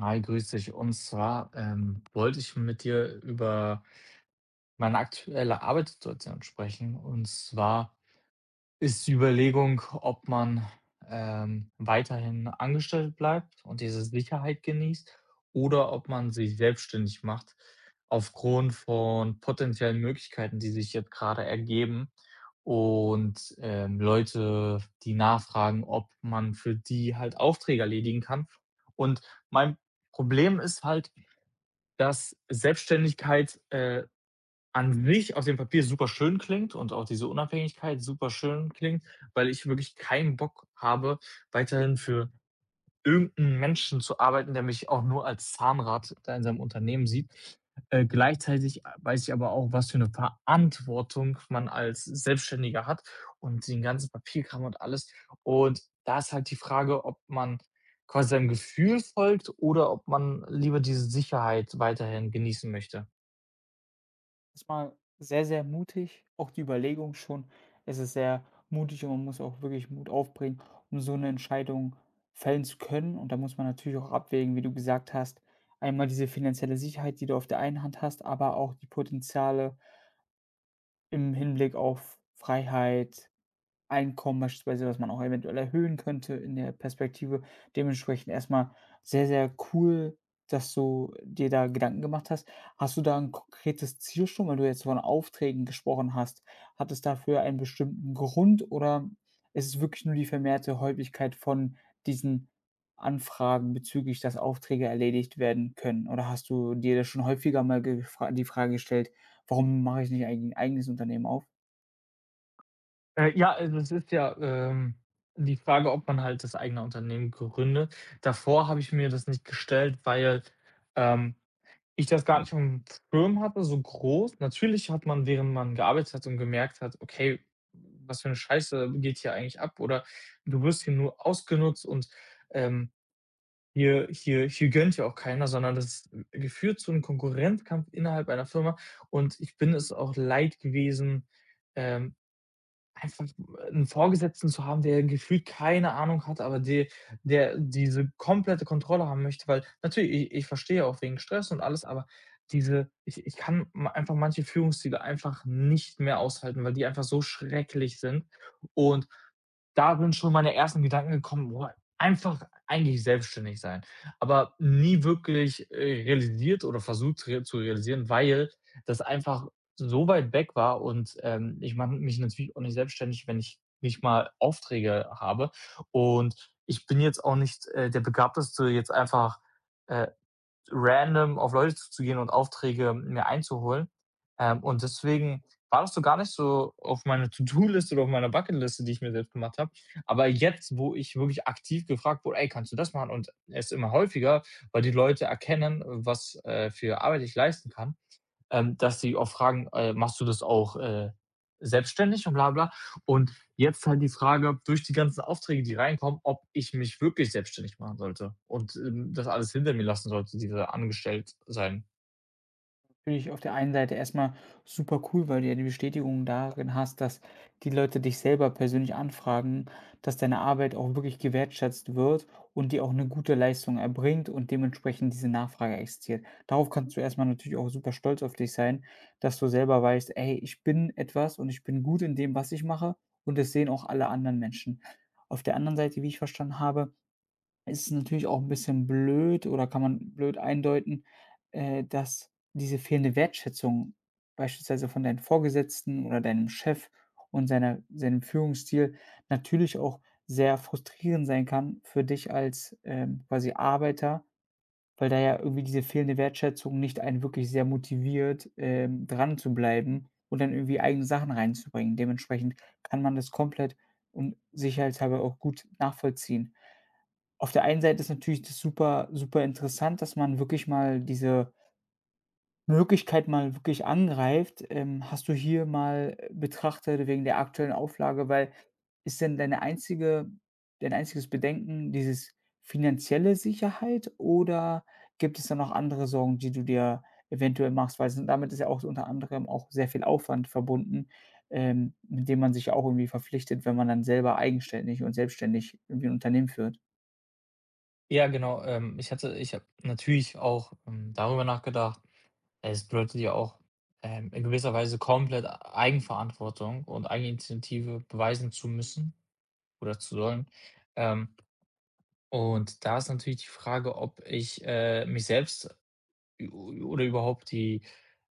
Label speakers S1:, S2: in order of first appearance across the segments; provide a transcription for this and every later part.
S1: Hi, grüß dich. Und zwar, wollte ich mit dir über meine aktuelle Arbeitssituation sprechen. Und zwar ist die Überlegung, ob man, weiterhin angestellt bleibt und diese Sicherheit genießt oder ob man sich selbstständig macht aufgrund von potenziellen Möglichkeiten, die sich jetzt gerade ergeben und, Leute, die nachfragen, ob man für die halt Aufträge erledigen kann. Und mein Problem ist halt, dass Selbstständigkeit, an sich auf dem Papier super schön klingt und auch diese Unabhängigkeit super schön klingt, weil ich wirklich keinen Bock habe, weiterhin für irgendeinen Menschen zu arbeiten, der mich auch nur als Zahnrad da in seinem Unternehmen sieht. Gleichzeitig weiß ich aber auch, was für eine Verantwortung man als Selbstständiger hat und den ganzen Papierkram und alles. Und da ist halt die Frage, ob man quasi seinem Gefühl folgt oder ob man lieber diese Sicherheit weiterhin genießen möchte.
S2: Erstmal sehr, sehr mutig. Auch die Überlegung schon, es ist sehr mutig und man muss auch wirklich Mut aufbringen, um so eine Entscheidung fällen zu können. Und da muss man natürlich auch abwägen, wie du gesagt hast, einmal diese finanzielle Sicherheit, die du auf der einen Hand hast, aber auch die Potenziale im Hinblick auf Freiheit, Einkommen beispielsweise, was man auch eventuell erhöhen könnte in der Perspektive. Dementsprechend erstmal sehr, sehr cool, dass du dir da Gedanken gemacht hast. Hast du da ein konkretes Ziel schon, weil du jetzt von Aufträgen gesprochen hast? Hat es dafür einen bestimmten Grund oder ist es wirklich nur die vermehrte Häufigkeit von diesen Anfragen bezüglich, dass Aufträge erledigt werden können? Oder hast du dir das schon häufiger mal gefra die Frage gestellt: „Warum mache ich nicht eigentlich 'n eigenes Unternehmen auf?“
S1: Ja, also es ist ja, die Frage, ob man halt das eigene Unternehmen gründet. Davor habe ich mir das nicht gestellt, weil, ähm ich das gar nicht aufm Schirm hatte, so groß. Natürlich hat man, während man gearbeitet hat und gemerkt hat: „Okay, was für eine Scheiße geht hier eigentlich ab?“ Oder „Du wirst hier nur ausgenutzt und, ähm, hier gönnt ja auch keiner“, sondern das ist geführt zu einem Konkurrenzkampf innerhalb einer Firma und ich bin es auch leid gewesen, ähm einfach 'n Vorgesetzten zu haben, der gefühlt keine Ahnung hat, aber de der diese komplette Kontrolle haben möchte, weil natürlich, ich verstehe auch wegen Stress und alles, aber diese ich ich kann ma einfach manche Führungsstile einfach nicht mehr aushalten, weil die einfach so schrecklich sind. Und da sind schon meine ersten Gedanken gekommen: „Boah, einfach eigentlich selbstständig sein.“ Aber nie wirklich, realisiert oder versucht re zu realisieren, weil das einfach so weit weg war und, ich mache mich natürlich auch nicht selbstständig, wenn ich nicht mal Aufträge habe. Und ich bin jetzt auch nicht, der Begabteste, jetzt einfach, äh, random auf Leute zuzugehen und Aufträge mir einzuholen. Und deswegen war das so gar nicht so auf meiner To-do-Liste oder auf meiner Bucketliste, die ich mir selbst gemacht habe. Aber jetzt, wo ich wirklich aktiv gefragt wurde: „Ey, kannst du das machen?“ Und es immer häufiger, weil die Leute erkennen, was, für Arbeit ich leisten kann, dass sie auch fragen: machst du das auch, selbstständig?“ und bla bla. Und jetzt halt die Frage durch die ganzen Aufträge, die reinkommen, ob ich mich wirklich selbstständig machen sollte und, das alles hinter mir lassen sollte, diese Angestellt sein.
S2: Natürlich auf der einen Seite erstmal super cool, weil du ja die Bestätigung darin hast, dass die Leute dich selber persönlich anfragen, dass deine Arbeit auch wirklich gewertschätzt wird und die auch eine gute Leistung erbringt und dementsprechend diese Nachfrage existiert. Darauf kannst du erstmal natürlich auch super stolz auf dich sein, dass du selber weißt: „Ey, ich bin etwas und ich bin gut in dem, was ich mache und das sehen auch alle anderen Menschen.“ Auf der anderen Seite, wie ich verstanden habe, ist es natürlich auch ein bisschen blöd oder kann man blöd eindeuten, dass diese fehlende Wertschätzung beispielsweise von deinen Vorgesetzten oder deinem Chef und seiner seinem Führungsstil natürlich auch sehr frustrierend sein kann für dich als, quasi Arbeiter. Weil da ja irgendwie diese fehlende Wertschätzung nicht einen wirklich sehr motiviert, dran zu bleiben und dann irgendwie eigene Sachen reinzubringen. Dementsprechend kann man das komplett und sicherheitshalber auch gut nachvollziehen. Auf der einen Seite ist natürlich das super super interessant, dass man wirklich mal diese Möglichkeit mal wirklich angreift. Hast du hier mal betrachtet wegen der aktuellen Auflage, weil ist denn deine einzige dein einziges Bedenken dieses finanzielle Sicherheit oder gibt es da noch andere Sorgen, die du dir eventuell machst? Weil s damit ist ja auch so unter anderem auch sehr viel Aufwand verbunden, mit dem man sich ja auch irgendwie verpflichtet, wenn man dann selber eigenständig und selbstständig irgendwie ein Unternehmen führt.
S1: Ja, genau. Ich habe natürlich auch, darüber nachgedacht. Es bedeutet ja auch, in gewisser Weise komplett Eigenverantwortung und Eigeninitiative beweisen zu müssen oder zu sollen. Ähm, und da ist natürlich die Frage, ob ich, mich selbst oder überhaupt die,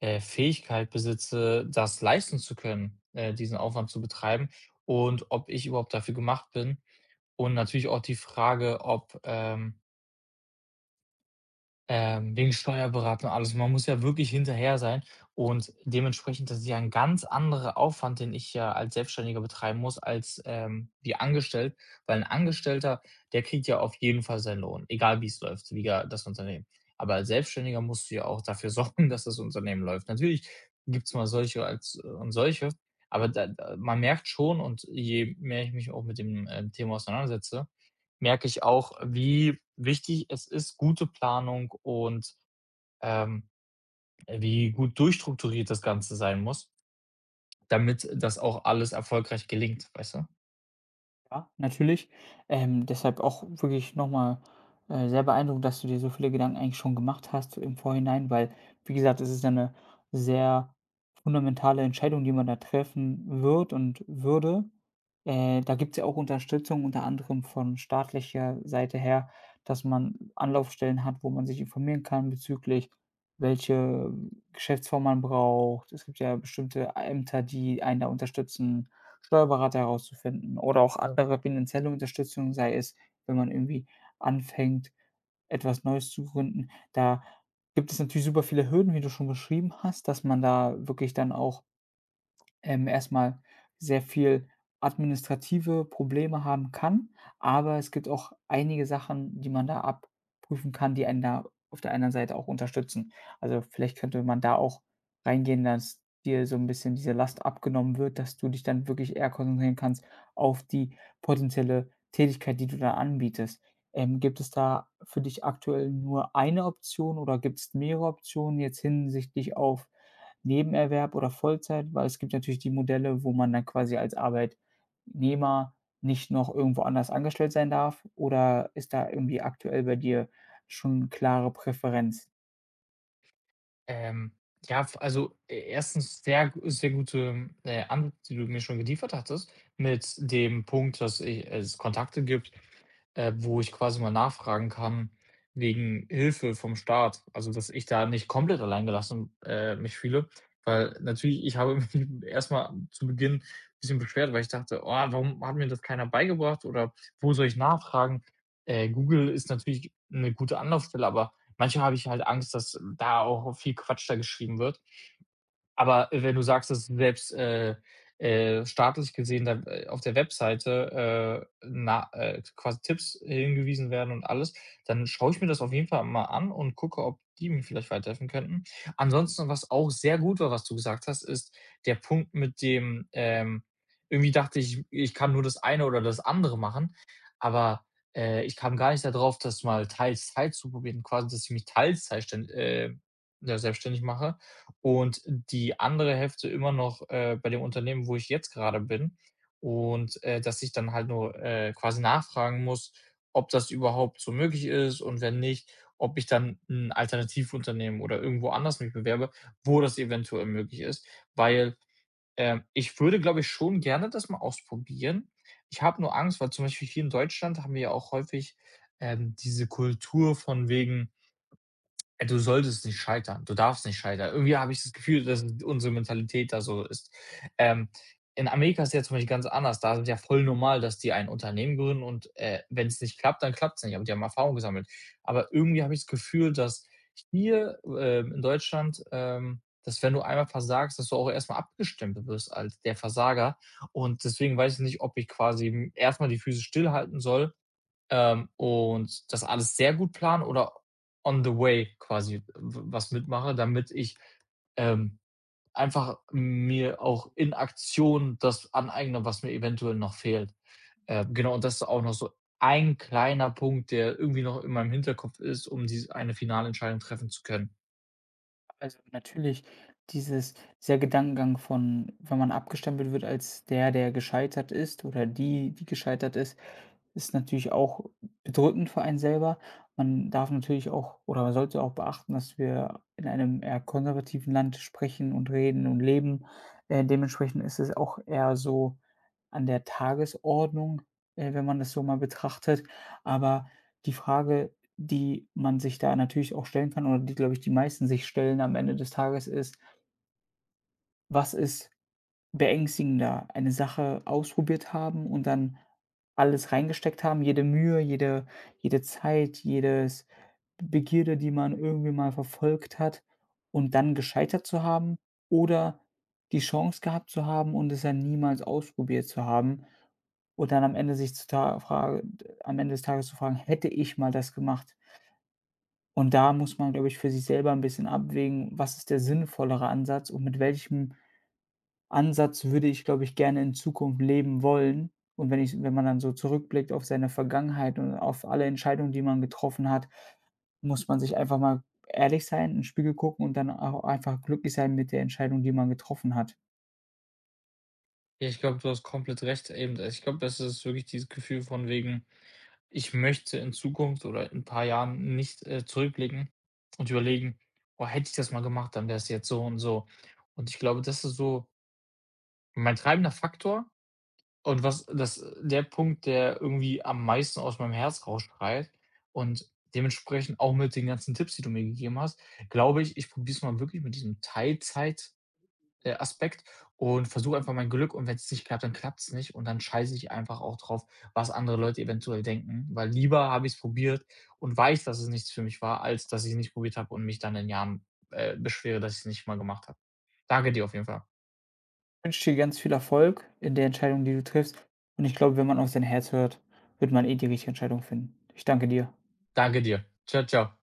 S1: Fähigkeit besitze, das leisten zu können, diesen Aufwand zu betreiben und ob ich überhaupt dafür gemacht bin. Und natürlich auch die Frage, ob, wegen Steuerberatung, alles. Man muss ja wirklich hinterher sein und dementsprechend, das ist ja ein ganz anderer Aufwand, den ich ja als Selbstständiger betreiben muss als, wie angestellt, weil ein Angestellter, der kriegt ja auf jeden Fall seinen Lohn, egal wie es läuft, wie ja das Unternehmen. Aber als Selbstständiger musst du ja auch dafür sorgen, dass das Unternehmen läuft. Natürlich gibt es mal solche als und solche, aber da man merkt schon und je mehr ich mich auch mit dem, Thema auseinandersetze, merke ich auch, wie wichtig es ist, gute Planung und, ähm, wie gut durchstrukturiert das Ganze sein muss, damit das auch alles erfolgreich gelingt, weißt du?
S2: Ja, natürlich. Deshalb auch wirklich nochmal sehr beeindruckend, dass du dir so viele Gedanken eigentlich schon gemacht hast im Vorhinein, weil, wie gesagt, es ist ja 'ne sehr fundamentale Entscheidung, die man da treffen wird und würde. Da gibt's ja auch Unterstützung, unter anderem von staatlicher Seite her, dass man Anlaufstellen hat, wo man sich informieren kann bezüglich, welche Geschäftsform man braucht. Es gibt ja bestimmte Ämter, die einen da unterstützen. Steuerberater herauszufinden oder auch, ja, andere finanzielle Unterstützung, sei es, wenn man irgendwie anfängt, etwas Neues zu gründen. Da gibt es natürlich super viele Hürden, wie du schon beschrieben hast, dass man da wirklich dann auch erst sehr viel administrative Probleme haben kann, aber es gibt auch einige Sachen, die man da abprüfen kann, die einen da auf der anderen Seite auch unterstützen. Also, vielleicht könnte man da auch reingehen, dass dir so ein bisschen diese Last abgenommen wird, dass du dich dann wirklich eher konzentrieren kannst auf die potenzielle Tätigkeit, die du da anbietest. Gibt es da für dich aktuell nur eine Option oder gibt es mehrere Optionen jetzt hinsichtlich auf Nebenerwerb oder Vollzeit, weil es gibt natürlich die Modelle, wo man dann quasi als Arbeitnehmer nicht noch irgendwo anders angestellt sein darf? Oder ist da irgendwie aktuell bei dir schon klare Präferenz?
S1: Ähm, ja, f also, e erstens sehr gute, Antwort, die du mir schon geliefert hattest, mit dem Punkt, dass i es Kontakte gibt, wo ich quasi mal nachfragen kann wegen Hilfe vom Staat. Also, dass ich da nicht komplett allein gelassen, mich fühle, weil natürlich ich habe mich erst zu Beginn ein bisschen beschwert, weil ich dachte: „Oh, warum hat mir das keiner beigebracht“ oder „Wo soll ich nachfragen?“ Google ist natürlich eine gute Anlaufstelle, aber manchmal habe ich halt Angst, dass da auch viel Quatsch da geschrieben wird. Aber wenn du sagst, dass du selbst, staatlich gesehen dann, auf der Webseite, quasi Tipps hingewiesen werden und alles, dann schaue ich mir das auf jeden Fall mal an und gucke, ob die mir vielleicht weiterhelfen könnten. Ansonsten, was auch sehr gut war, was du gesagt hast, ist der Punkt mit dem, irgendwie dachte ich, ich kann nur das eine oder das andere machen, aber, ich kam gar nicht darauf, das mal teils, teils zu probieren, quasi, dass ich mich Teilzeit ständ ja, selbstständig mache. Und die andere Hälfte immer noch, bei dem Unternehmen, wo ich jetzt gerade bin. Und, dass ich dann halt nur, quasi nachfragen muss, ob das überhaupt so möglich ist und wenn nicht, ob ich dann ein Alternativunternehmen oder irgendwo anders mich bewerbe, wo das eventuell möglich ist. Weil, ich würde, glaube ich, schon gerne das mal ausprobieren. Ich habe nur Angst, weil zum Beispiel hier in Deutschland haben wir ja auch häufig, diese Kultur von wegen du solltest nicht scheitern. Du darfst nicht scheitern. Irgendwie habe ich das Gefühl, dass unsere Mentalität da so ist. Ähm, in Amerika ist ja zum Beispiel ganz anders. Da ist es ja voll normal, dass die ein Unternehmen gründen und, wenn es nicht klappt, dann klappt es nicht, aber die haben Erfahrung gesammelt. Aber irgendwie habe ich das Gefühl, dass hier, in Deutschland, dass wenn du einmal versagst, dass du auch erstmal mal abgestempelt wirst als der Versager. Und deswegen weiß ich nicht, ob ich quasi, erstmal die Füße stillhalten soll, und das alles sehr gut plane oder on the way quasi w was mitmache, damit ich, ähm, einfach mir auch in Aktion das aneigne, was mir eventuell noch fehlt. Genau, und das ist auch noch so ein kleiner Punkt, der irgendwie noch in meinem Hinterkopf ist, um diese eine finale Entscheidung treffen zu können.
S2: Also natürlich dieses sehr Gedankengang von, wenn man abgestempelt wird als der, der gescheitert ist oder die, die gescheitert ist, ist natürlich auch bedrückend für einen selber. Man darf natürlich auch oder man sollte auch beachten, dass wir in einem eher konservativen Land sprechen und reden und leben. Dementsprechend ist es auch eher so an der Tagesordnung, wenn man das so mal betrachtet. Aber die Frage, die man sich da natürlich auch stellen kann oder die, glaube ich, die meisten sich stellen am Ende des Tages ist: Was ist beängstigender? Eine Sache ausprobiert haben und dann alles reingesteckt haben, jede Mühe, jede Zeit, jedes Begierde, die man irgendwie mal verfolgt hat und dann gescheitert zu haben, oder die Chance gehabt zu haben und es dann niemals ausprobiert zu haben und dann am Ende des Tages zu fragen: „Hätte ich mal das gemacht?“ Und da muss man, glaube ich, für sich selber ein bisschen abwägen, was ist der sinnvollere Ansatz und mit welchem Ansatz würde ich, glaube ich, gerne in Zukunft leben wollen? Und wenn man dann so zurückblickt auf seine Vergangenheit und auf alle Entscheidungen, die man getroffen hat, muss man sich einfach mal ehrlich sein, in den Spiegel gucken und dann auch einfach glücklich sein mit der Entscheidung, die man getroffen hat.
S1: Ja, ich glaube, du hast komplett recht eben. Ich glaube, das ist wirklich dieses Gefühl von wegen, ich möchte in Zukunft oder in ein paar Jahren nicht, zurückblicken und überlegen: „Oh, hätte ich das mal gemacht, dann wäre es jetzt so und so.“ Und ich glaube, das ist so mein treibender Faktor und was das der Punkt, der irgendwie am meisten aus meinem Herz rausschreit, und dementsprechend auch mit den ganzen Tipps, die du mir gegeben hast, glaube ich, ich probiere es mal wirklich mit diesem Teilzeit Aspekt und versuche einfach mein Glück und wenn es nicht klappt, dann klappt es nicht und dann scheiße ich einfach auch drauf, was andere Leute eventuell denken, weil lieber habe ich es probiert und weiß, dass es nichts für mich war, als dass ich es nicht probiert habe und mich dann in Jahren, beschwere, dass ich es nicht mal gemacht habe. Danke dir auf jeden Fall.
S2: Ich wünsche dir ganz viel Erfolg in der Entscheidung, die du triffst und ich glaube, wenn man auf sein Herz hört, wird man eh die richtige Entscheidung finden. Ich danke dir.
S1: Danke dir. Ciao ciao.